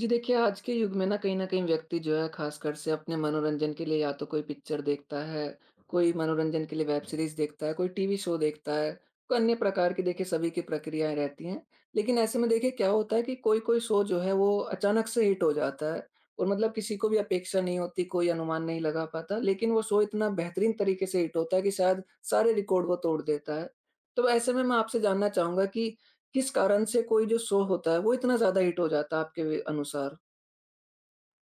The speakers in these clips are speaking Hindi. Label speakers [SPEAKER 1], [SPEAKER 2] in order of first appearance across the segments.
[SPEAKER 1] जी देखिए, आज के युग में ना कहीं न कहीं व्यक्ति जो है ख़ासकर से अपने मनोरंजन के लिए या तो कोई पिक्चर देखता है, कोई मनोरंजन के लिए वेब सीरीज़ देखता है, कोई टीवी शो देखता है, कोई अन्य प्रकार की देखिए सभी की प्रक्रियाएँ रहती हैं। लेकिन ऐसे में देखिए क्या होता है कि कोई-कोई शो जो है वो अचानक से हिट हो जाता है और मतलब किसी को भी अपेक्षा नहीं होती, कोई अनुमान नहीं लगा पाता। लेकिन वो शो इतना बेहतरीन तरीके से हिट होता है कि शायद सारे रिकॉर्ड वो तोड़ देता है। तो ऐसे में मैं आपसे जानना चाहूँगा कि किस कारण से कोई जो शो होता है, वो इतना ज़्यादा हिट हो जाता है आपके अनुसार?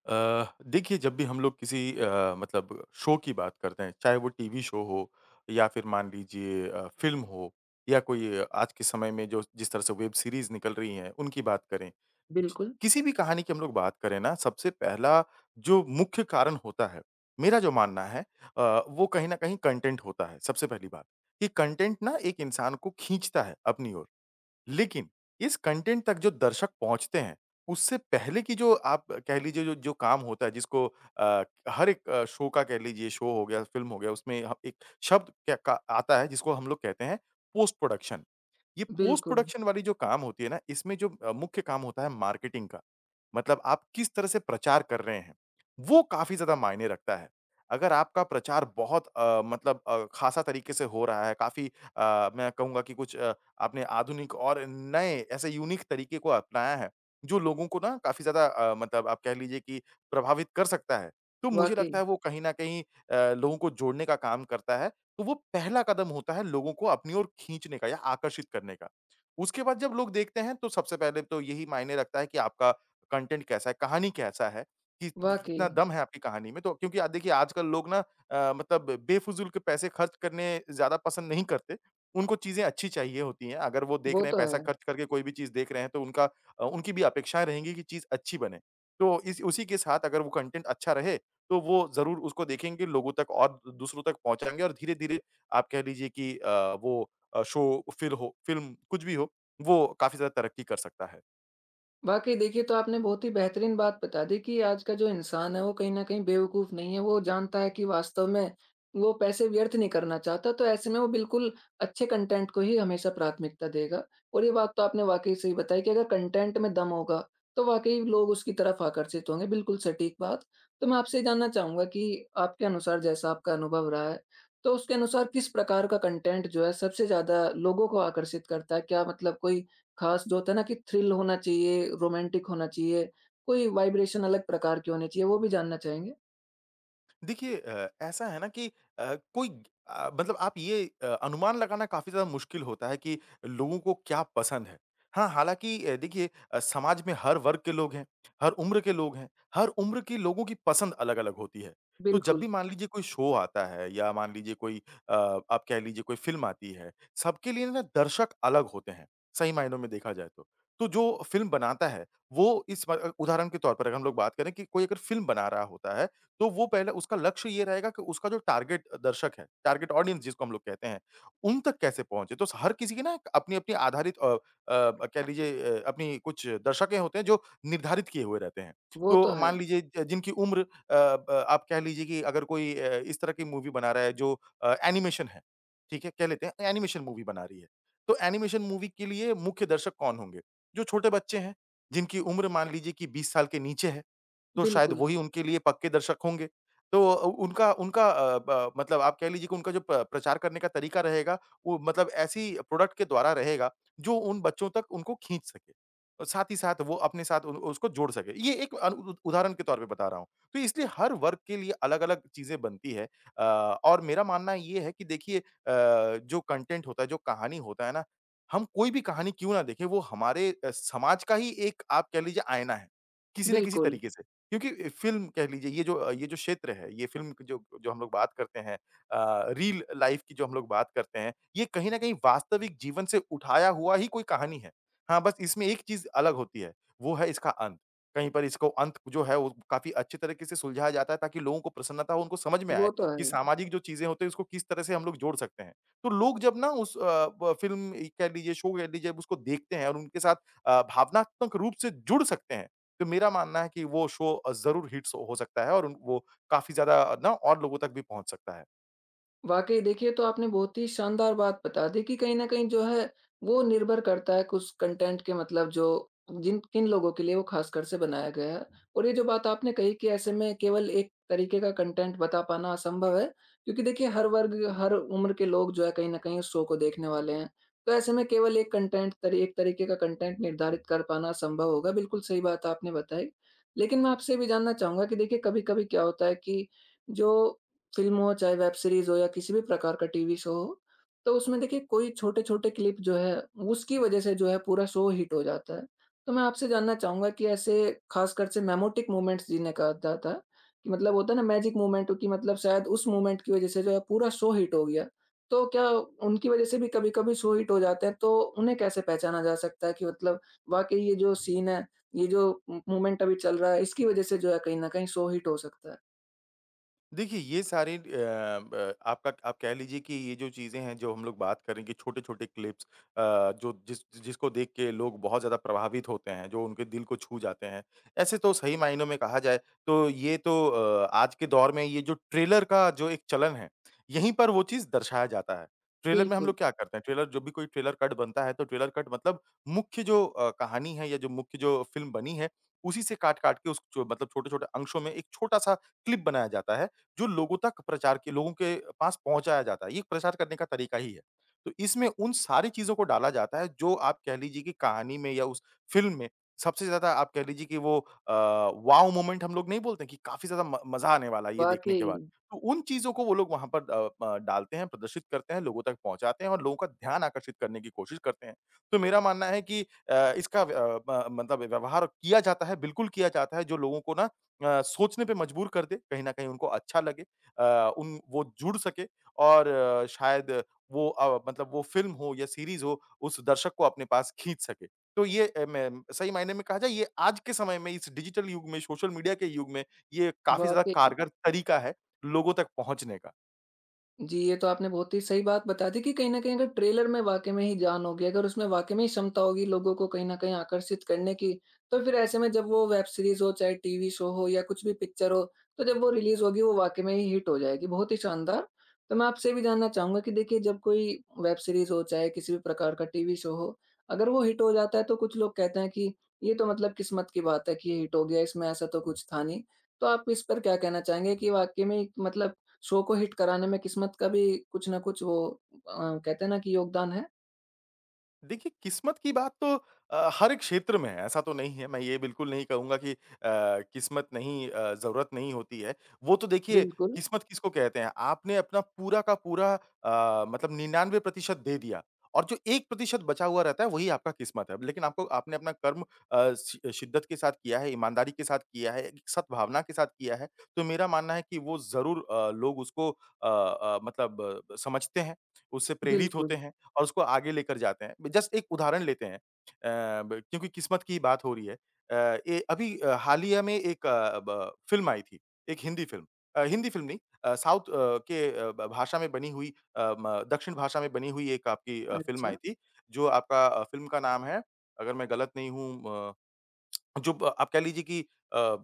[SPEAKER 2] देखिए जब भी हम लोग किसी मतलब शो की बात करते हैं, चाहे वो टीवी शो हो या फिर मान लीजिए फ़िल्म हो या कोई आज के समय में जो जिस तरह से वेब सीरीज़ निकल रही हैं, उनकी बात करें। ज
[SPEAKER 1] बिल्कुल,
[SPEAKER 2] किसी भी कहानी की हम लोग बात करें ना, सबसे पहला जो मुख्य कारण होता है, मेरा जो मानना है, वो कहीं न कहीं कंटेंट होता है, सबसे पहली बात। कि कंटेंट ना एक इंसान को खींचता है अपनी ओर। लेकिन इस कंटेंट तक जो दर्शक पहुँचते हैं, उससे पहले की जो आप कह लीजिए जो जो काम होता है जिसको हर एक शो का कह लीजिए शो हो गया, फ़िल्म हो गया उसमें ह एक शब्द क्या का आता है जिसको हम लोग कहते हैं पोस्ट प्रोडक्शन। ये पोस्ट
[SPEAKER 1] बिल्कुल।
[SPEAKER 2] प्रोडक्शन वाली जो काम होती है ना, इसमें जो मुख्य काम होता है मार्केटिंग का। मतलब आप किस तरह से प्रचार कर रहे हैं, वो काफ़ी ज़्यादा मायने रखता है। अगर आपका प्रचार बहुत मतलब ख़ासा तरीके से हो रहा है, काफ़ी मैं कहूँगा कि कुछ आपने आधुनिक और नए ऐसे यूनिक तरीके को अपनाया है, जो लोगों को ना काफ़ी ज़्यादा मतलब आप कह लीजिए कि प्रभावित कर सकता है। तो मुझे
[SPEAKER 1] वाक़ई,
[SPEAKER 2] लगता है वो कहीं न कहीं लोगों को जोड़ने का काम करता है, तो वो पहला कदम होता है लोगों को अपनी ओर खींचने का या आकर्षित करने का। उसके बाद जब लोग देखते हैं तो सबसे पहले तो यही मायने रखता है कि आपका कंटेंट कैसा है, कहानी कैसा है,
[SPEAKER 1] वाक़ई।
[SPEAKER 2] कितना दम है आपकी कहानी में। तो क्योंकि देखिए आजकल लोग ना मतलब बेफिज़ूल के पैसे खर्च करने ज़्यादा पसंद नहीं करते। उनको चीज़ें अच्छी चाहिए होती हैं। अगर वो देख
[SPEAKER 1] वो
[SPEAKER 2] रहे हैं
[SPEAKER 1] तो
[SPEAKER 2] पैसा
[SPEAKER 1] है।
[SPEAKER 2] खर्च करके कोई भी चीज़ देख रहे हैं तो उनका, उनकी भी अपेक्षाएँ रहेंगी कि चीज़ अच्छी बने। तो इस उसी के साथ अगर वो कंटेंट अच्छा रहे, तो वो ज़रूर उसको देखेंगे, लोगों तक और दूसरों तक पहुँचाएँगे और धीरे-धीरे आप कह लीजिए कि वो शो, फ़िल्म कुछ भी हो, वो काफ़ी ज़्यादा तरक्की कर सकता है।
[SPEAKER 1] वाक़ई देखिए, तो आपने बहुत ही बेहतरीन बात बता दी कि आज का जो इंसान है, वो कहीं न कहीं बेवकूफ़ नहीं है। वो जानता है कि वास्तव में वो पैसे व्यर्थ नहीं करना चाहता, तो ऐसे में वो बिल्कुल अच्छे कंटेंट को ही हमेशा प्राथमिकता देगा। और ये बात तो आपने वाक़ई सही बताई कि अगर कंटेंट में दम होगा, तो वाक़ई लोग उसकी तरफ आकर्षित होंगे, बिल्कुल सटीक बात। तो मैं आपसे ये जानना चाहूँगा कि आपके अनुसार जैसा आपका अनुभव रहा है, तो उसके अनुसार किस प्रकार का कंटेंट जो है सबसे ज़्यादा लोगों को आकर्षित करता है? क्या मतलब कोई खास जो होता है ना कि थ्रिल होना चाहिए, रोमांटिक होना चाहिए, कोई वाइब्रेशन अलग प्रकार की होनी चाहिए, वो भी जानना चाहेंगे?
[SPEAKER 2] देखिए ऐसा है ना कि कोई मतलब आप ये अनुमान लगाना काफ़ी ज़्यादा मुश्किल होता है कि लोगों को क्या पसंद है। हाँ, हालाँकि देखिए समाज में हर वर्ग के लोग हैं, हर उम्र के लोग हैं, हर उम्र के लोगों की पसंद अलग-अलग होती है। तो जब
[SPEAKER 1] बिल्कुल,
[SPEAKER 2] भी मान लीजिए कोई शो आता है या मान लीजिए कोई आप कह लीजिए कोई फ़िल्म आती है, सबके लिए ना दर्शक अलग होते हैं, सही मायनों में देखा जाए तो। तो जो फ़िल्म बनाता है, वो इस ब उदाहरण के तौर पर अगर हम लोग बात करें कि कोई अगर फ़िल्म बना रहा होता है, तो वो पहले उसका लक्ष्य ये रहेगा कि उसका जो टारगेट दर्शक है, टारगेट ऑडियंस जिसको हम लोग कहते हैं, उन तक कैसे पहुँचे। तो हर किसी की ना एक अपनी-अपनी आधारित कह लीजिए, अपनी कुछ दर्शकें होते हैं जो निर्धारित किए हुए रहते हैं।
[SPEAKER 1] वो तो
[SPEAKER 2] तो
[SPEAKER 1] है।
[SPEAKER 2] मान लीजिए ज जिनकी उम्र अ, ब आप कह लीजिए कि अगर कोई इस तरह की मूवी बना रहा है जो एनिमेशन है, ठीक है? कह लेते हैं एनिमेशन मूवी बना रही है। तो एनिमेशन मूवी के लिए मुख्य दर्शक कौन होंगे? जो छोटे बच्चे हैं, जिनकी उम्र मान लीजिए कि 20 साल के नीचे है। तो शायद
[SPEAKER 1] बिल्कुल,
[SPEAKER 2] वही उनके लिए पक्के दर्शक होंगे। तो उनका उनका अ, ब मतलब आप कह लीजिए कि उनका जो प प्रचार करने का तरीका रहेगा, वो मतलब ऐसी प्रोडक्ट के द्वारा रहेगा, जो उन बच्चों तक उनको खींच सके। और साथ ही साथ वो अपने साथ उ उसको जोड़ सके। ये एक अन उ उदाहरण के तौर पे बता रहा हूँ। तो इसलिए हर वर्ग के लिए अलग-अलग चीज़ें बनती है। अ, और मेरा मानना ये है कि देखिए, जो कंटेंट होता है, जो कहानी होता है ना, हम कोई भी कहानी क्यों ना देखें, वो हमारे समाज का ही एक आप कह लीजिए आईना है, किसी न किसी
[SPEAKER 1] बिल्कुल,
[SPEAKER 2] तरीके से। क्योंकि फ़िल्म कह लीजिए ये जो क्षेत्र है, ये फ़िल्म की जो जो हम लोग बात करते हैं, रियल लाइफ़ की जो हम लोग बात करते हैं, ये कहीं न कहीं वास्तविक जीवन से उठाया हुआ ही कोई कहानी है। हाँ, बस इसमें एक चीज़ अलग होती है, वो है इसका अंत। कहीं पर इसको अंत जो है वो काफ़ी अच्छे तरीके से सुलझाया जाता है ताकि लोगों को प्रसन्नता हो, उनको समझ में आए
[SPEAKER 1] वो तो
[SPEAKER 2] कि
[SPEAKER 1] है।
[SPEAKER 2] सामाजिक जो चीज़ें होती हैं उसको किस तरह से हम लोग जोड़ सकते हैं। तो लोग जब ना उस अ, ब फ़िल्म कह लीजिए, शो कह लीजिए, जब उसको देखते हैं और उनके साथ भावनात्मक रूप से जुड़ सकते हैं। तो मेरा मानना है कि वो शो ज़रूर हिट्स हो सकता है और उन वो काफ़ी ज़्यादा ना और लोगों तक भी पहुँच सकता है।
[SPEAKER 1] वाक़ई देखिए, तो आपने बहुत ही शानदार बात बता दी कि कहीं न कहीं जो है, वो निर्भर करता है कुछ कंटेंट के मतलब जो जिन किन लोगों के लिए वो ख़ासकर से बनाया गया है। और ये जो बात आपने कही कि ऐसे में केवल एक तरीके का कंटेंट बता पाना असंभव है, क्योंकि देखिए हर वर्ग, हर उम्र के लोग जो है कहीं न कहीं उस शो को देखने वाले हैं। तो ऐसे में केवल एक कंटेंट तरी एक तरीके का कंटेंट निर्धारित कर पाना असंभव होगा, बिल्कुल सही बात आपने बताई। लेकिन मैं आपसे ये भी जानना चाहूँगा कि देखिए कभी-कभी क्या होता है कि जो फ़िल्म हो, चाहे वेब सीरीज़ हो या किसी भी प्रकार का टीवी शो हो, तो उसमें देखिए कोई छोटे-छोटे क्लिप जो है, उसकी वज़ह से जो है पूरा शो हिट हो जाता है। तो मैं आपसे जानना चाहूँगा कि ऐसे ख़ासकर से मेमोटिक मोमेंट्स जिन्हें कहा जाता है, कि मतलब होता है ना मैजिक मोमेंट कि मतलब शायद उस मोमेंट की वज़ह से जो है पूरा शो हिट हो गया। तो क्या उनकी वज़ह से भी कभी-कभी शो हिट हो जाते हैं, तो उन्हें कैसे पहचाना जा सकता है कि मतलब वाक़ई ये जो सीन है, ये जो मो मोमेंट अभी चल रहा है, इसकी वज़ह से जो है कहीं न कहीं शो हिट हो सकता है?
[SPEAKER 2] देखिए, ये सारे अ, ब आपका आप कह लीजिए कि ये जो चीज़ें हैं, जो हम लोग बात करेंगे छोटे-छोटे क्लिप्स, अ, जो जिसको देख के लोग बहुत ज़्यादा प्रभावित होते हैं, जो उनके दिल को छू जाते हैं। ऐसे तो सही मायनों में कहा जाए तो ये तो आज के दौर में ये जो ट्रेलर का जो एक चलन है, यहीं पर वो चीज़ दर्शाया जाता है। ट्रेलर में हम
[SPEAKER 1] बिल्कुल,
[SPEAKER 2] लोग क्या करते हैं, ट्रेलर जब भी कोई ट्रेलर कट बनता है, तो ट्रेलर कट मतलब मुख्य जो कहानी है या जो मुख्य जो फ़िल्म बनी है, उसी से काट-काट के उस जो मतलब छोटे-छोटे अंशों में एक छोटा-सा क्लिप बनाया जाता है। जो लोगों तक प्रचार के लोगों के पास पहुँचाया जाता है, ये प्रचार करने का तरीका ही है। तो इसमें उन सारी चीज़ों को डाला जाता है जो आप कह लीजिए कि कहानी में या उस फ़िल्म में सबसे ज़्यादा आप कह लीजिए कि वो वॉव मोमेंट हम लोग नहीं बोलते कि काफ़ी ज़्यादा म मज़ा आने वाला है ये देखने
[SPEAKER 1] वाक़ई।
[SPEAKER 2] के बाद। तो उन चीज़ों को वो लोग वहाँ पर अ, प डालते हैं, प्रदर्शित करते हैं, लोगों तक पहुँचाते हैं और लोगों का ध्यान आकर्षित करने की कोशिश करते हैं। तो मेरा मानना है कि इसका व्य अ, ब मतलब व्यवहार किया जाता है, बिल्कुल किया जाता है जो लोगों को ना सोचने पे मजबूर कर दे, कहीं न कहीं उनको अच्छा लगे, अ, उन वो जुड़ सके और शायद वो मतलब वो फ़िल्म हो या सीरीज़ हो, उस दर्शक को अपने पास खींच सके। तो ये मैं सही मायने में कहा जाए ये आज के समय में इस डिजिटल युग में, सोशल मीडिया के युग में, ये काफ़ी ज़्यादा
[SPEAKER 1] वाक़ई।
[SPEAKER 2] कारगर तरीका है, लोगों तक पहुँचने का।
[SPEAKER 1] जी, ये तो आपने बहुत ही सही बात बता दी कि कहीं न कहीं अगर ट्रेलर में वाक़ई में ही जान होगी, अगर उसमें वाक़ई में ही क्षमता होगी लोगों को कहीं न कहीं आकर्षित करने की, तो फिर ऐसे में जब वो वेब सीरीज़ हो, चाहे टीवी शो हो या कुछ भी पिक्चर हो, तो जब वो रिलीज़ होगी वो वाक़ई में ही हिट हो जाएगी। बहुत ही शानदार। तो मैं आपसे ये भी जानना चाहूँगा कि देखिए जब कोई वेब सीरीज़ हो, चाहे किसी भी प्रकार का टीवी शो हो, अगर वो हिट हो जाता है तो कुछ लोग कहते हैं कि ये तो मतलब किस्मत की बात है कि ये हिट हो गया, इसमें ऐसा तो कुछ था नहीं। तो आप इस पर क्या कहना चाहेंगे कि वाक़ई में मतलब शो को हिट कराने में किस्मत का भी कुछ ना कुछ वो कहते हैं ना कि योगदान है?
[SPEAKER 2] देखिए, किस्मत की बात तो हर एक क्षेत्र में है, ऐसा तो नहीं है। मैं ये बिल्कुल नहीं कहूँगा कि किस्मत नहीं, ज़रूरत नहीं होती है। वो तो देखिए,
[SPEAKER 1] बिल्कुल,
[SPEAKER 2] किस्मत किसको कहते हैं? आपने अपना पूरा का पूरा, मतलब 99% दे दिया और जो 1% बचा हुआ रहता है वही आपका किस्मत है। लेकिन आपको आपने अपना कर्म अ, शि शिद्दत के साथ किया है, ईमानदारी के साथ किया है, एक सद्भावना के साथ किया है, तो मेरा मानना है कि वो ज़रूर, लोग उसको मतलब समझते हैं, उससे प्रेरित होते
[SPEAKER 1] बिल्कुल।
[SPEAKER 2] हैं। और उसको आगे लेकर जाते हैं। जस्ट एक उदाहरण लेते हैं, अ, ब क्योंकि किस्मत की बात हो रही है। ये अभी हालिया में एक अ, ब फ़िल्म आई थी, एक हिंदी फ़िल्म, हिंदी फ़िल्म नहीं, साउथ के अ, ब भाषा में बनी हुई, अ, म दक्षिण भाषा में बनी हुई एक आपकी फ़िल्म
[SPEAKER 1] अच्छा,
[SPEAKER 2] आई थी, जो आपका फ़िल्म का नाम है, अगर मैं गलत नहीं हूँ, अ जो ब आप कह लीजिए कि अ, अ,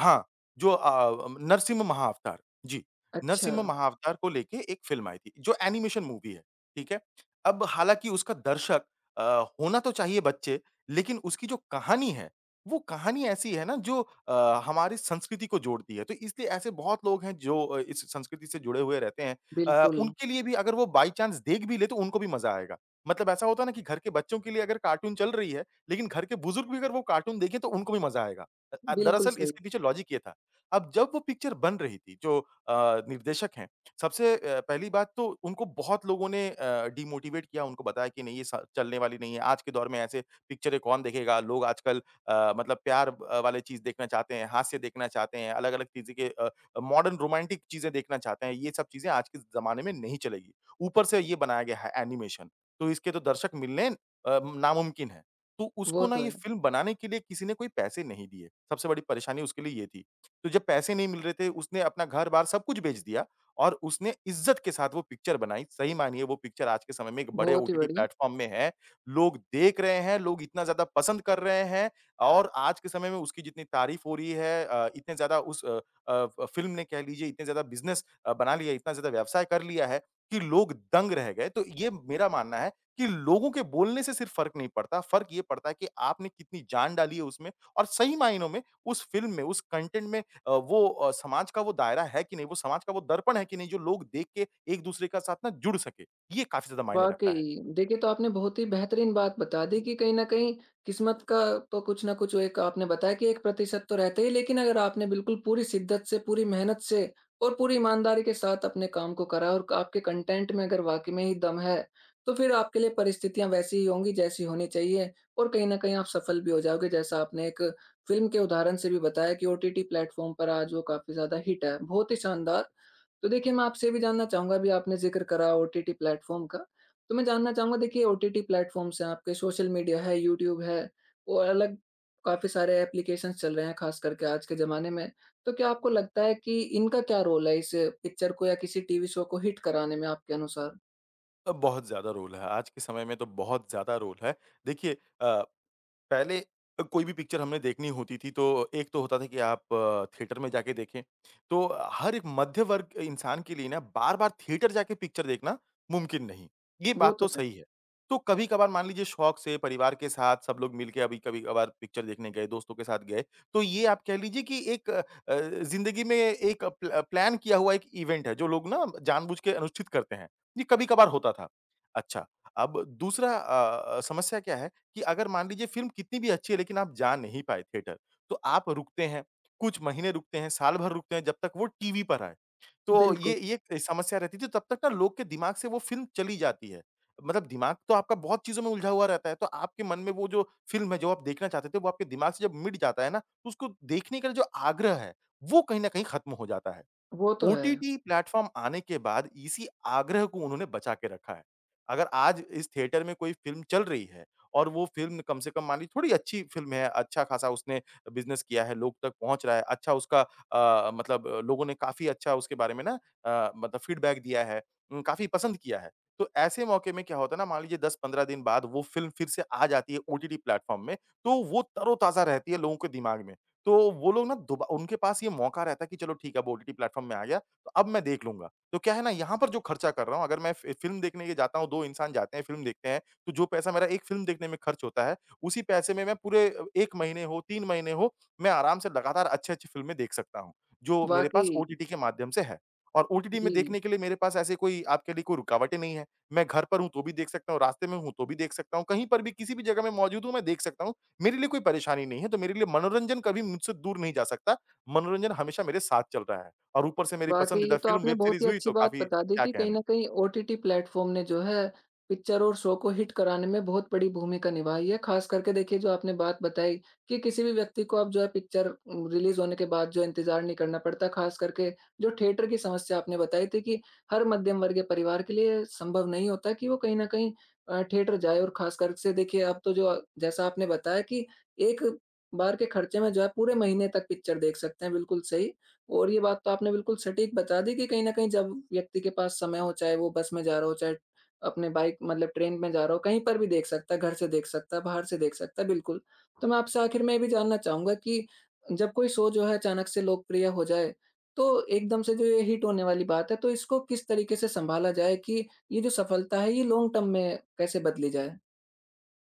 [SPEAKER 2] हाँ, जो नरसिम्हा महाअवतार, जी।
[SPEAKER 1] अच्छा,
[SPEAKER 2] नरसिम्हा महाअवतार को लेके एक फ़िल्म आई थी, जो एनिमेशन मूवी है, ठीक है? अब हालाँकि उसका दर्शक अ, होना तो चाहिए बच्चे, लेकिन उसकी जो कहानी है, वो कहानी ऐसी है ना जो हमारी संस्कृति को जोड़ती है। तो इसलिए ऐसे बहुत लोग हैं जो इस संस्कृति से जुड़े हुए रहते हैं।
[SPEAKER 1] बिल्कुल,
[SPEAKER 2] उनके लिए भी अगर वो बाय चांस देख भी ले, तो उनको भी मज़ा आएगा। मतलब ऐसा होता है ना कि घर के बच्चों के लिए अगर कार्टून चल रही है लेकिन घर के बुजुर्ग भी अगर वो कार्टून देखें तो उनको भी मज़ा आएगा।
[SPEAKER 1] बिल्कुल
[SPEAKER 2] दरअसल
[SPEAKER 1] सही।
[SPEAKER 2] इसके पीछे लॉजिक ये था। अब जब वो पिक्चर बन रही थी जो निर्देशक हैं, सबसे पहली बात तो उनको बहुत लोगों ने डिमोटिवेट किया, उनको बताया कि नहीं ये स चलने वाली नहीं है, आज के दौर में ऐसे पिक्चरें कौन देखेगा? लोग आजकल मतलब प्यार वाले चीज़ देखना चाहते हैं, हास्य देखना चाहते हैं, अलग-अलग चीज़ें के मॉडर्न रोमांटिक चीज़ें देखना चाहते हैं, ये सब चीज़ें आज के ज़माने में नहीं चलेगी। ऊपर से ये बनाया गया है एनिमेशन, तो इसके तो दर्शक मिलने नामुमकिन है। तो उसको
[SPEAKER 1] वो
[SPEAKER 2] ना
[SPEAKER 1] तो
[SPEAKER 2] ये
[SPEAKER 1] है।
[SPEAKER 2] फ़िल्म बनाने के लिए किसी ने कोई पैसे नहीं दिए, सबसे बड़ी परेशानी उसके लिए ये थी। तो जब पैसे नहीं मिल रहे थे, उसने अपना घर-बार सब कुछ बेच दिया और उसने इज़्ज़त के साथ वो पिक्चर बनाई। सही मानिए वो पिक्चर आज के समय में एक बड़े
[SPEAKER 1] बहुत ही
[SPEAKER 2] ओटीटी
[SPEAKER 1] बढ़िया।
[SPEAKER 2] प्लेटफ़ॉर्म में है, लोग देख रहे हैं, लोग इतना ज़्यादा पसंद कर रहे हैं और आज के समय में उसकी जितनी तारीफ़ हो रही है इतने ज़्यादा उस अ, फ़िल्म ने कह लीजिए इतने ज़्यादा बिज़नेस बना लिया, इतना ज़्यादा व्यवसाय कर लिया है कि लोग दंग रह गए। तो ये मेरा मानना है कि लोगों के बोलने से सिर्फ़ फ़र्क नहीं पड़ता, फ़र्क ये पड़ता है कि आपने कितनी जान डाली है उसमें और सही मायनों में उस फ़िल्म में, उस कंटेंट में वो समाज का वो दायरा है कि नहीं, वो समाज का वो दर्पण है कि नहीं, जो लोग देख के एक-दूसरे का साथ ना जुड़ सके। ये काफ़ी ज़्यादा मायने रखता है।
[SPEAKER 1] वाक़ई। देखिए, तो आपने बहुत ही बेहतरीन बात बता दी कि कहीं न कहीं किस्मत का तो कुछ न कुछ एक आपने बताया कि 1% तो रहता ही, लेकिन अगर आपने बिल्कुल पूरी शिद्दत से, पूरी मेहनत से और पूरी ईमानदारी के साथ अपने काम को करा और आपके कंटेंट में अगर वाक़ई में ही दम है, तो फिर आपके लिए परिस्थितियाँ वैसी ही होंगी जैसी होनी चाहिए और कहीं न कहीं आप सफल भी हो जाओगे। जैसा आपने एक फ़िल्म के उदाहरण से भी बताया कि ओटीटी प्लेटफ़ॉर्म पर आज वो काफ़ी ज़्यादा हिट है। बहुत ही शानदार। तो देखिए, मैं आपसे ये भी जानना चाहूँगा, अभी आपने ज़िक्र करा ओटीटी प्लेटफ़ॉर्म का, तो मैं जानना चाहूँगा देखिए ओटीटी प्लेटफ़ॉर्म्स हैं आपके, सोशल मीडिया है, यूट्यूब है और अलग काफ़ी सारे एप्लीकेशंस चल रहे हैं ख़ास करके आज के ज़माने में। तो क्या आपको लगता है कि इनका क्या रोल है इस पिक्चर को या किसी टीवी शो को हिट कराने में आपके अनुसार?
[SPEAKER 2] बहुत ज़्यादा रोल है। आज के समय में तो बहुत ज़्यादा रोल है। देखिए अ पहले कोई भी पिक्चर हमने देखनी होती थी तो एक तो होता था कि आप थिएटर में जाके देखें। तो हर एक मध्य वर्ग इंसान के लिए ना बार-बार थिएटर जाके पिक्चर देखना मुमकिन नहीं, ये
[SPEAKER 1] वो
[SPEAKER 2] बात तो
[SPEAKER 1] तो है।
[SPEAKER 2] सही है। तो कभी-कभार मान लीजिए शौक से परिवार के साथ सब लोग मिल के अभी कभी-कभार पिक्चर देखने गए, दोस्तों के साथ गए, तो ये आप कह लीजिए कि एक ज़िंदगी में एक प्लान किया हुआ एक इवेंट है जो लोग ना जानबूझ के अनुष्ठित करते हैं। ये कभी-कभार होता था। अच्छा, अब दूसरा समस्या क्या है कि अगर मान लीजिए फ़िल्म कितनी भी अच्छी है लेकिन आप जा नहीं पाए थिएटर, तो आप रुकते हैं, कुछ महीने रुकते हैं, साल भर रुकते हैं जब तक वो टीवी पर आए। तो ये
[SPEAKER 1] बिल्कुल,
[SPEAKER 2] ये समस्या रहती थी तब तक ना लोग के दिमाग से वो फ़िल्म चली जाती है। मतलब दिमाग तो आपका बहुत चीज़ों में उलझा हुआ रहता है तो आपके मन में वो जो फ़िल्म है जो आप देखना चाहते थे वो आपके दिमाग से जब मिट जाता है ना, तो उसको देखने का जो आग्रह है, वो कहीं न कहीं खत्म हो जाता है।
[SPEAKER 1] वो तो है।
[SPEAKER 2] ओटीटी प्लेटफ़ॉर्म आने के बाद इसी आग्रह को उन्होंने बचा के रखा है। अगर आज इस थिएटर में कोई फ़िल्म चल रही है और वो फ़िल्म कम से कम मान लीजिए थोड़ी अच्छी फ़िल्म है, अच्छा-खासा उसने बिज़नेस किया है, लोग तक पहुँच रहा है, अच्छा उसका मतलब लोगों ने काफ़ी अच्छा उसके बारे में ना मतलब फ़ीडबैक दिया है, काफ़ी पसंद किया है। तो ऐसे मौके में क्या होता है ना, मान लीजिए 10-15 दिन बाद वो फ़िल्म फिर से आ जाती है ओटीटी प्लेटफ़ॉर्म में, तो वो तरोताज़ा रहती है लोगों के दिमाग में। तो वो लोग ना दोबा उनके पास ये मौका रहता है कि चलो ठीक है अब ओटीटी प्लेटफ़ॉर्म में आ गया, तो अब मैं देख लूँगा। तो क्या है ना यहाँ पर जो खर्चा कर रहा हूँ अगर मैं फ़िल्म देखने के जाता हूँ, 2 इंसान जाते हैं, फ़िल्म देखते हैं, तो जो पैसा मेरा 1 फ़िल्म देखने में खर्च होता है, उसी पैसे में मैं पूरे 1 महीने हो, 3 महीने हो, मैं आराम से लगातार अच्छी-अच्छी फ़िल्में देख सकता हूँ, जो मेरे पास
[SPEAKER 1] वाक़ई,
[SPEAKER 2] ओटीटी के माध्यम से है। और ओटीटी में
[SPEAKER 1] जी।
[SPEAKER 2] देखने के लिए मेरे पास ऐसे कोई आप कह लीजिए कोई रुकावटें नहीं है। मैं घर पर हूँ तो भी देख सकता हूँ, रास्ते में हूँ तो भी देख सकता हूँ, कहीं पर भी किसी भी जगह में मौजूद हूँ मैं देख सकता हूँ मेरे लिए कोई परेशानी नहीं है, तो मेरे लिए मनोरंजन कभी मुझसे दूर नहीं जा सकता। मनोरंजन हमेशा मेरे साथ चल रहा है और ऊपर से मेरी
[SPEAKER 1] वाक़ई
[SPEAKER 2] पसंदीदा
[SPEAKER 1] ये तो
[SPEAKER 2] फ़िल्म,
[SPEAKER 1] आपने
[SPEAKER 2] वेब
[SPEAKER 1] बहुत ही
[SPEAKER 2] सीरीज़ हुई
[SPEAKER 1] अच्छी
[SPEAKER 2] तो
[SPEAKER 1] बात
[SPEAKER 2] काफ़ी
[SPEAKER 1] बता दी
[SPEAKER 2] क्या
[SPEAKER 1] कि कहीं न
[SPEAKER 2] कहने।
[SPEAKER 1] कहीं ओटीटी प्लेटफ़ॉर्म ने जो है पिक्चर और शो को हिट कराने में बहुत बड़ी भूमिका निभाई है। ख़ास करके देखिए जो आपने बात बताई कि किसी भी व्यक्ति को अब जो है पिक्चर रिलीज़ होने के बाद जो इंतज़ार नहीं करना पड़ता। ख़ास करके जो थिएटर की समस्या आपने बताई थी कि हर मध्यम वर्गीय परिवार के लिए संभव नहीं होता कि वो कहीं न कहीं थिएटर जाए और ख़ास कर से देखिए अब तो जो जैसा आपने बताया कि एक बार के खर्चे में जो है पूरे महीने तक पिक्चर देख सकते हैं, बिल्कुल सही। और ये बात तो आपने बिल्कुल सटीक बता दी कि कहीं न कहीं जब व्यक्ति के पास समय हो, चाहे वो बस में जा रहा हो, चाहे अपने बाइक मतलब ट्रेन में जा रहा हो, कहीं पर भी देख सकता है, घर से देख सकता है, बाहर से देख सकता है, बिल्कुल। तो मैं आपसे आखिर में ये भी जानना चाहूँगा कि जब कोई शो जो है अचानक से लोकप्रिय हो जाए, तो एकदम से जो ये हिट होने वाली बात है, तो इसको किस तरीके से सँभाला जाए कि ये जो सफलता है, ये लॉन्ग टर्म में कैसे बदली जाए?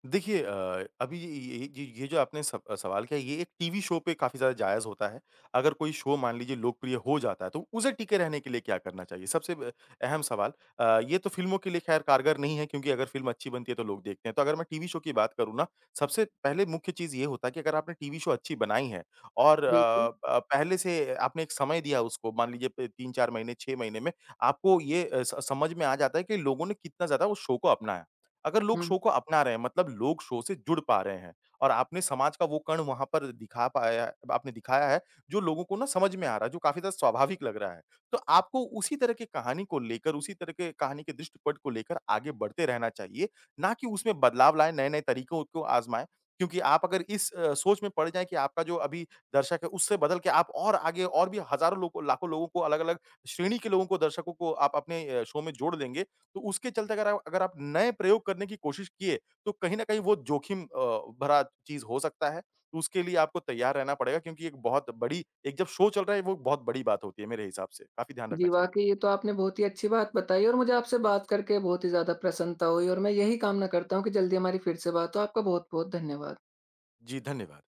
[SPEAKER 2] देखिए अभी ये जो आपने स सवाल किया ये एक टीवी शो पे काफ़ी ज़्यादा जायज़ होता है। अगर कोई शो मान लीजिए लोकप्रिय हो जाता है, तो उसे टिके रहने के लिए क्या करना चाहिए? सबसे ब अहम सवाल। ये तो फ़िल्मों के लिए ख़ैर कारगर नहीं है क्योंकि अगर फ़िल्म अच्छी बनती है तो लोग देखते हैं। तो अगर मैं टीवी शो की बात करूँ ना, सबसे पहले मुख्य चीज़ ये होता है कि अगर आपने टीवी शो अच्छी बनाई है और
[SPEAKER 1] बिल्कुल।
[SPEAKER 2] पहले से आपने एक समय दिया उसको मान लीजिए प 3-4 महीने, 6 महीने में आपको ये अ, स समझ में आ जाता है कि लोगों ने कितना ज़्यादा उस शो को अपनाया। अगर लोग
[SPEAKER 1] हुँ।
[SPEAKER 2] शो को अपना रहे हैं मतलब लोग शो से जुड़ पा रहे हैं और आपने समाज का वो कण वहाँ पर दिखा पाया आपने दिखाया है, जो लोगों को ना समझ में आ रहा है, जो काफ़ी ज़्यादा स्वाभाविक लग रहा है। तो आपको उसी तरह की कहानी को लेकर, उसी तरह के कहानी के दृष्टिपट को लेकर आगे बढ़ते रहना चाहिए, ना कि उसमें बदलाव लाएँ, नए-नए तरीकों को आज़माएँ। क्योंकि आप अगर इस सोच में पड़ जाएँ कि आपका जो अभी दर्शक है, उससे बदल के आप और आगे और भी हज़ारों लोगों लाखों लोगों को अलग-अलग श्रेणी के लोगों को, दर्शकों को आप अपने शो में जोड़ लेंगे, तो उसके चलते अगर आप नए प्रयोग करने की कोशिश किए, तो कहीं न कहीं वो जोखिम भरा चीज़ हो सकता है। तो उसके लिए आपको तैयार रहना पड़ेगा क्योंकि एक बहुत बड़ी एक जब शो चल रहा है, वो बहुत बड़ी बात होती है मेरे हिसाब से। काफ़ी ध्यान
[SPEAKER 1] जी,
[SPEAKER 2] रखना चाहिए।
[SPEAKER 1] वाक़ई ये तो आपने बहुत ही अच्छी बात बताई और मुझे आपसे बात करके बहुत ही ज़्यादा प्रसन्नता हुई और मैं यही कामना करता हूँ कि जल्दी हमारी फिर से बात हो। आपका बहुत-बहुत धन्यवाद।
[SPEAKER 2] जी, धन्यवाद।